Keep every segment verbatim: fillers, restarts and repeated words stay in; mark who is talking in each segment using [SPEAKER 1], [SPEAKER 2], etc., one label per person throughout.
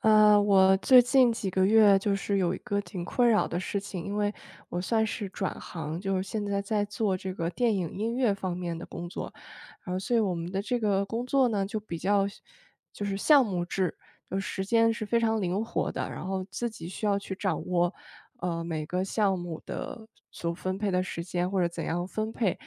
[SPEAKER 1] 呃，我最近几个月就是有一个挺困扰的事情，因为我算是转行，就是现在在做这个电影音乐方面的工作，然后所以我们的这个工作呢，就比较就是项目制，就时间是非常灵活的，然后自己需要去掌握，呃，每个项目的所分配的时间或者怎样分配。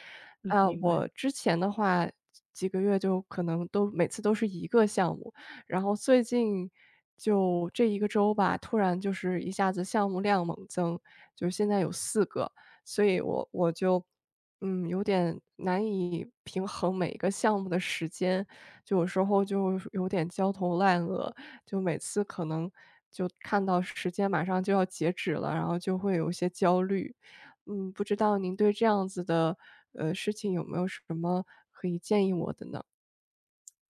[SPEAKER 2] 嗯，
[SPEAKER 1] 啊，
[SPEAKER 2] 明白。
[SPEAKER 1] 我之前的话，几个月就可能都每次都是一个项目，然后最近就这一个周吧，突然就是一下子项目量猛增，就是现在有四个，所以我我就，嗯，有点难以平衡每一个项目的时间，就有时候就有点焦头烂额，就每次可能就看到时间马上就要截止了，然后就会有一些焦虑。嗯，不知道您对这样子的，呃，事情有没有什么可以建议我的呢？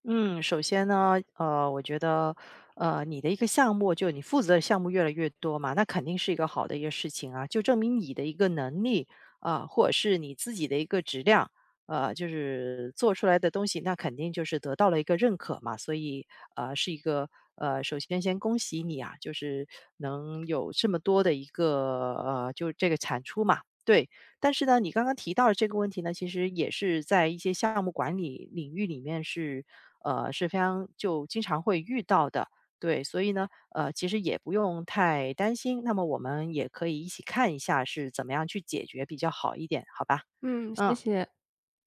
[SPEAKER 2] 嗯，首先呢，呃，我觉得，呃，你的一个项目，就你负责的项目越来越多嘛，那肯定是一个好的一个事情啊，就证明你的一个能力啊、或者是你自己的一个质量，呃，就是做出来的东西，那肯定就是得到了一个认可嘛，所以呃，是一个呃，首先先恭喜你啊，就是能有这么多的一个呃，就是这个产出嘛，对。但是呢，你刚刚提到的这个问题呢，其实也是在一些项目管理领域里面是，呃，是非常就经常会遇到的。对，所以呢，呃，其实也不用太担心。那么我们也可以一起看一下是怎么样去解决比较好一点，好吧？
[SPEAKER 1] 嗯，谢
[SPEAKER 2] 嗯。
[SPEAKER 1] 谢。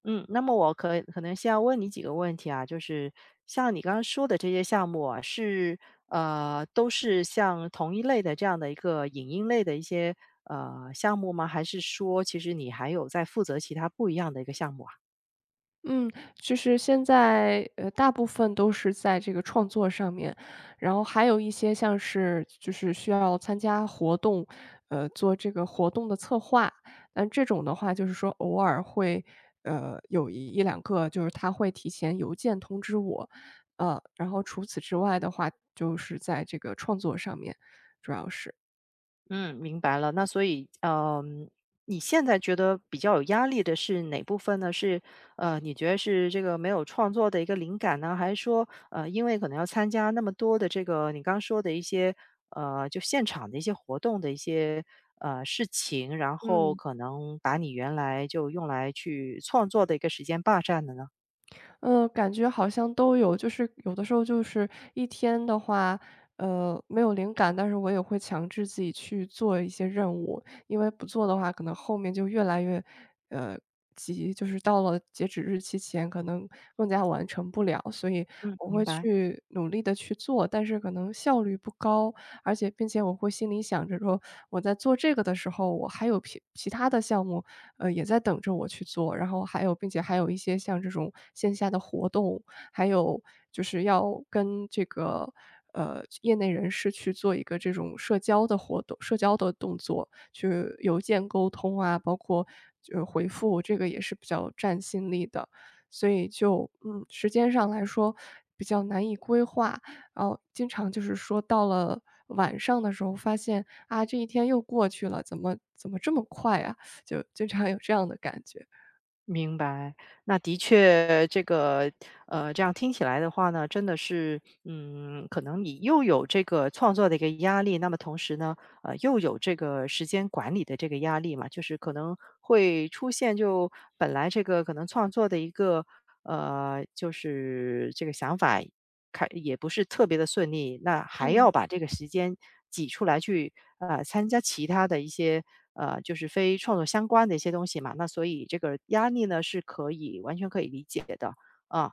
[SPEAKER 2] 嗯，那么我可可能先要问你几个问题啊，就是像你刚刚说的这些项目啊，是呃都是像同一类的这样的一个影音类的一些呃项目吗？还是说其实你还有在负责其他不一样的一个项目啊？
[SPEAKER 1] 嗯，就是现在，呃，大部分都是在这个创作上面，然后还有一些像是就是需要参加活动，呃，做这个活动的策划。但这种的话就是说偶尔会，呃，有一一两个就是他会提前邮件通知我，呃，然后除此之外的话，就是在这个创作上面，主要是。
[SPEAKER 2] 嗯，明白了。那所以，嗯，你现在觉得比较有压力的是哪部分呢？是呃，你觉得是这个没有创作的一个灵感呢，还是说呃，因为可能要参加那么多的这个你刚说的一些呃，就现场的一些活动的一些呃事情，然后
[SPEAKER 1] 嗯。
[SPEAKER 2] 可能把你原来就用来去创作的一个时间霸占了呢？
[SPEAKER 1] 呃，感觉好像都有，就是有的时候就是一天的话，呃，没有灵感，但是我也会强制自己去做一些任务，因为不做的话，可能后面就越来越，呃，急，就是到了截止日期前，可能更加完成不了，所以
[SPEAKER 2] 嗯，
[SPEAKER 1] 我
[SPEAKER 2] 明
[SPEAKER 1] 会
[SPEAKER 2] 白。
[SPEAKER 1] 去努力的去做，但是可能效率不高，而且并且我会心里想着说，我在做这个的时候，我还有其其他的项目，呃，也在等着我去做，然后还有并且还有一些像这种线下的活动，还有就是要跟这个，呃，业内人士去做一个这种社交的活动社交的动作，去邮件沟通啊，包括就回复，这个也是比较占心力的。所以就，嗯，时间上来说比较难以规划，然后经常就是说到了晚上的时候发现，啊，这一天又过去了，怎么怎么这么快啊，就经常有这样的感觉。
[SPEAKER 2] 明白，那的确，这个呃，这样听起来的话呢，真的是，嗯，可能你又有这个创作的一个压力，那么同时呢，呃，又有这个时间管理的这个压力嘛，就是可能会出现就本来这个可能创作的一个呃，就是这个想法开也不是特别的顺利，那还
[SPEAKER 1] 嗯
[SPEAKER 2] 要把这个时间挤出来去，呃，参加其他的一些，呃，就是非创作相关的一些东西嘛，那所以这个压力呢，是可以完全可以理解的，啊。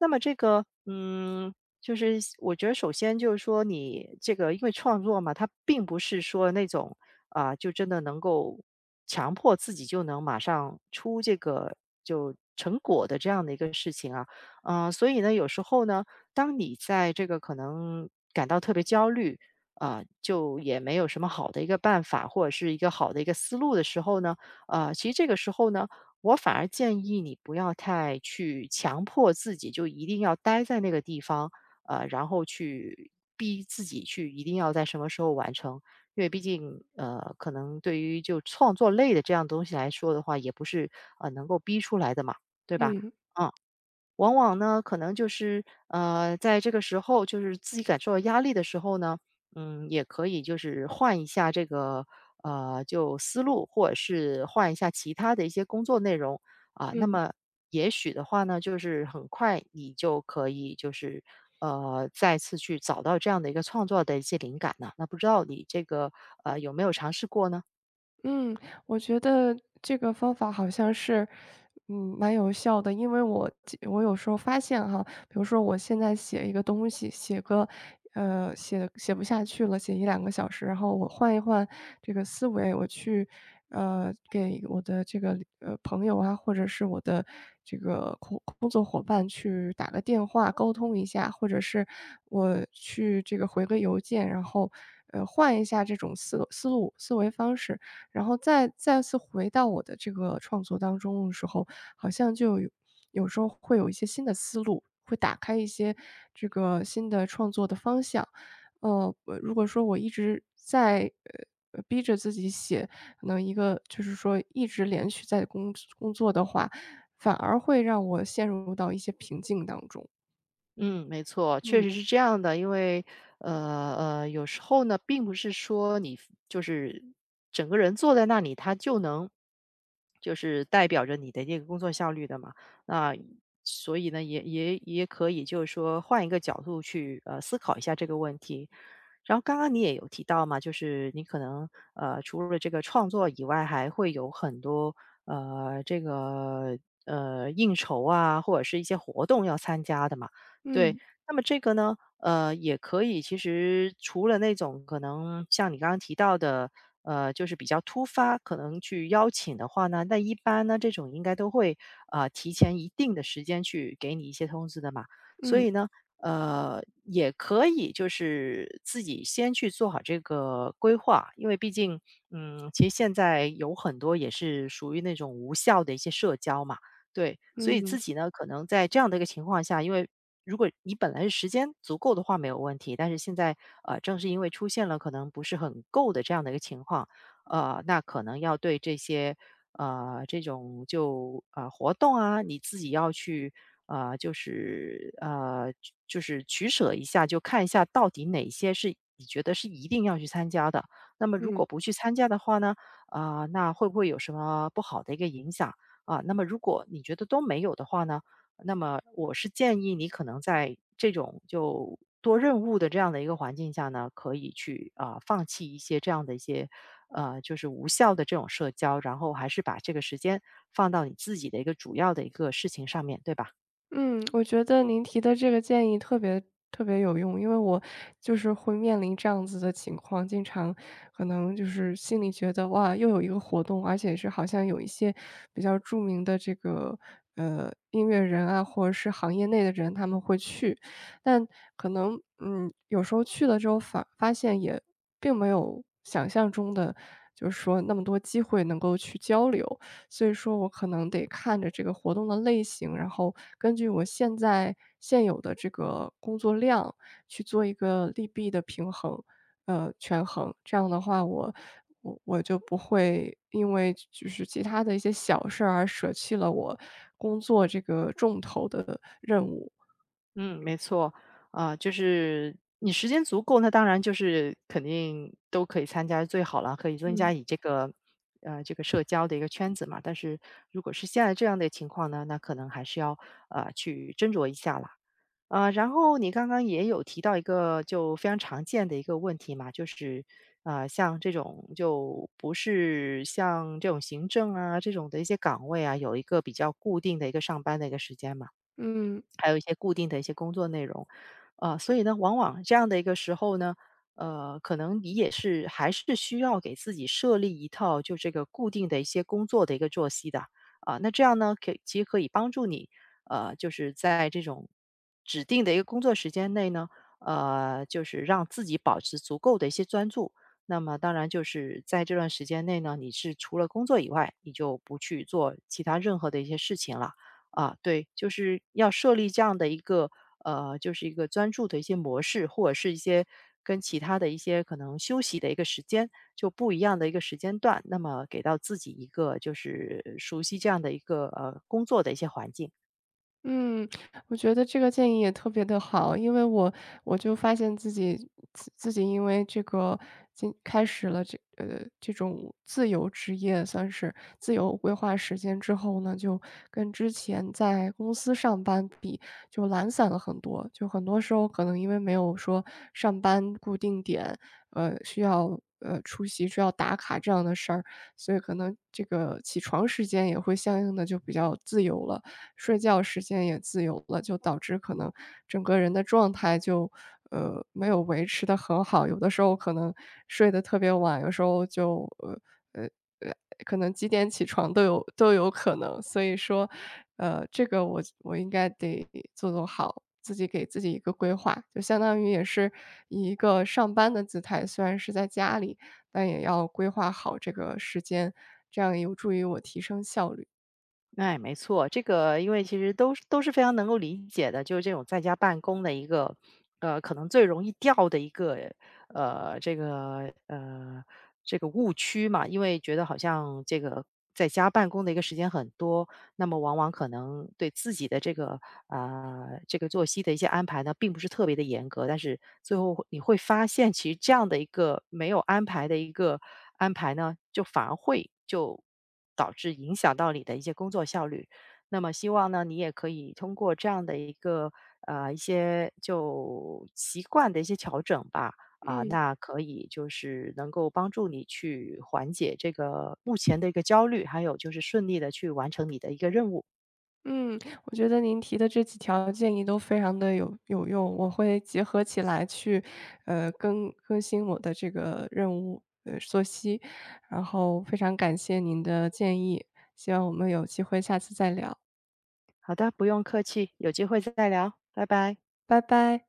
[SPEAKER 2] 那么这个，嗯，就是我觉得首先就是说你这个因为创作嘛，它并不是说那种，啊，就真的能够强迫自己就能马上出这个就成果的这样的一个事情啊。嗯，所以呢，有时候呢，当你在这个可能感到特别焦虑，啊、就也没有什么好的一个办法或者是一个好的一个思路的时候呢，啊，其实这个时候呢，我反而建议你不要太去强迫自己，就一定要待在那个地方，呃，然后去逼自己去一定要在什么时候完成，因为毕竟呃，可能对于就创作类的这样东西来说的话，也不是呃能够逼出来的嘛，对吧？
[SPEAKER 1] 嗯
[SPEAKER 2] 嗯。往往呢，可能就是呃，在这个时候，就是自己感受到压力的时候呢，嗯，也可以就是换一下这个呃，就思路，或者是换一下其他的一些工作内容啊、那
[SPEAKER 1] 嗯。
[SPEAKER 2] 么也许的话呢，就是很快你就可以就是呃，再次去找到这样的一个创作的一些灵感呢。那不知道你这个呃有没有尝试过呢？
[SPEAKER 1] 嗯，我觉得这个方法好像是，嗯，蛮有效的。因为我记我有时候发现哈，比如说我现在写一个东西，写个呃，写写不下去了，写一两个小时，然后我换一换这个思维，我去，呃，给我的这个，呃，朋友啊，或者是我的这个工工作伙伴去打个电话沟通一下，或者是我去这个回个邮件，然后，呃，换一下这种思思路思维方式。然后再再次回到我的这个创作当中的时候，好像就有有时候会有一些新的思路，会打开一些这个新的创作的方向。呃，呃如果说我一直在，呃呃，逼着自己写，可能一个就是说一直连续在工工作的话，反而会让我陷入到一些瓶颈当中。
[SPEAKER 2] 嗯，没错，确
[SPEAKER 1] 嗯
[SPEAKER 2] 实是这样的。因为，呃呃，有时候呢，并不是说你就是整个人坐在那里，他就能就是代表着你的这个工作效率的嘛。那所以呢，也也也可以就是说换一个角度去呃思考一下这个问题。然后刚刚你也有提到嘛，就是你可能呃除了这个创作以外，还会有很多呃这个呃应酬啊，或者是一些活动要参加的嘛。对，
[SPEAKER 1] 嗯
[SPEAKER 2] 那么这个呢，呃，也可以。其实除了那种可能像你刚刚提到的，呃，就是比较突发，可能去邀请的话呢，那一般呢，这种应该都会啊提前一定的时间去给你一些通知的嘛。所
[SPEAKER 1] 嗯
[SPEAKER 2] 以呢，呃，也可以就是自己先去做好这个规划，因为毕竟，嗯，其实现在有很多也是属于那种无效的一些社交嘛。对，所以自
[SPEAKER 1] 嗯
[SPEAKER 2] 己呢，可能在这样的一个情况下，因为如果你本来是时间足够的话没有问题，但是现在呃，正是因为出现了可能不是很够的这样的一个情况，呃，那可能要对这些呃这种就呃活动啊，你自己要去呃就是呃取就是取舍一下，就看一下到底哪些是你觉得是一定要去参加的。那么如
[SPEAKER 1] 嗯。
[SPEAKER 2] 果不去参加的话呢，啊、那会不会有什么不好的一个影响啊、那么如果你觉得都没有的话呢？那么我是建议你可能在这种就多任务的这样的一个环境下呢，可以去啊、呃放弃一些这样的一些呃就是无效的这种社交，然后还是把这个时间放到你自己的一个主要的一个事情上面对吧？
[SPEAKER 1] 嗯，我觉得您提的这个建议特别特别有用，因为我就是会面临这样子的情况，经常可能就是心里觉得哇，又有一个活动，而且是好像有一些比较著名的这个呃音乐人啊，或者是行业内的人他们会去，但可能嗯有时候去了之后发发现也并没有想象中的，就是说那么多机会能够去交流，所以说我可能得看着这个活动的类型，然后根据我现在现有的这个工作量去做一个利弊的平衡，呃，权衡。这样的话我我我就不会因为就是其他的一些小事儿而舍弃了我工作这个重头的任务。
[SPEAKER 2] 嗯，没错，啊、就是你时间足够，那当然就是肯定都可以参加最好了，可以增加
[SPEAKER 1] 嗯
[SPEAKER 2] 你这个呃这个社交的一个圈子嘛。但是如果是现在这样的情况呢，那可能还是要呃去斟酌一下啦。啊，然后你刚刚也有提到一个就非常常见的一个问题嘛，就是，啊，像这种就不是像这种行政啊这种的一些岗位啊，有一个比较固定的一个上班的一个时间嘛。
[SPEAKER 1] 嗯。
[SPEAKER 2] 还有一些固定的一些工作内容。呃，所以呢，往往这样的一个时候呢，呃，可能你也是还是需要给自己设立一套就这个固定的一些工作的一个作息的啊。那这样呢，可以其实可以帮助你，呃，就是在这种指定的一个工作时间内呢，呃，就是让自己保持足够的一些专注。那么当然就是在这段时间内呢，你是除了工作以外，你就不去做其他任何的一些事情了。啊，对，就是要设立这样的一个呃，就是一个专注的一些模式，或者是一些跟其他的一些可能休息的一个时间，就不一样的一个时间段，那么给到自己一个就是熟悉这样的一个呃工作的一些环境。
[SPEAKER 1] 嗯，我觉得这个建议也特别的好。因为我我就发现自己自自己因为这个今开始了这呃，这种自由职业算是自由规划时间之后呢，就跟之前在公司上班比就懒散了很多。就很多时候可能因为没有说上班固定点，呃，需要，呃，出席、需要打卡这样的事儿，所以可能这个起床时间也会相应的就比较自由了。睡觉时间也自由了，就导致可能整个人的状态就，呃，没有维持的很好。有的时候可能睡得特别晚，有时候就，呃呃呃，可能几点起床都有都有可能。所以说，呃，这个我我应该得做做好，自己给自己一个规划，就相当于也是以一个上班的姿态，虽然是在家里，但也要规划好这个时间，这样有助于我提升效率。
[SPEAKER 2] 哎，没错，这个因为其实都是都是非常能够理解的，就是这种在家办公的一个，呃，可能最容易掉的一个，呃，这个呃这个误区嘛，因为觉得好像这个在家办公的一个时间很多，那么往往可能对自己的这个啊这个作息的一些安排呢，并不是特别的严格，但是最后会你会发现，其实这样的一个没有安排的一个安排呢，就反而会就导致影响到你的一些工作效率。那么希望呢，你也可以通过这样的一个呃一些就习惯的一些调整吧，啊，
[SPEAKER 1] 嗯。
[SPEAKER 2] 那可以就是能够帮助你去缓解这个目前的一个焦虑，还有就是顺利的去完成你的一个任务。
[SPEAKER 1] 嗯，我觉得您提的这几条建议都非常的有有用，我会结合起来去，呃，更更新我的这个任务，呃，作息，然后非常感谢您的建议，希望我们有机会下次再聊，
[SPEAKER 2] 好的，不用客气，有机会再聊，拜拜。
[SPEAKER 1] 拜拜。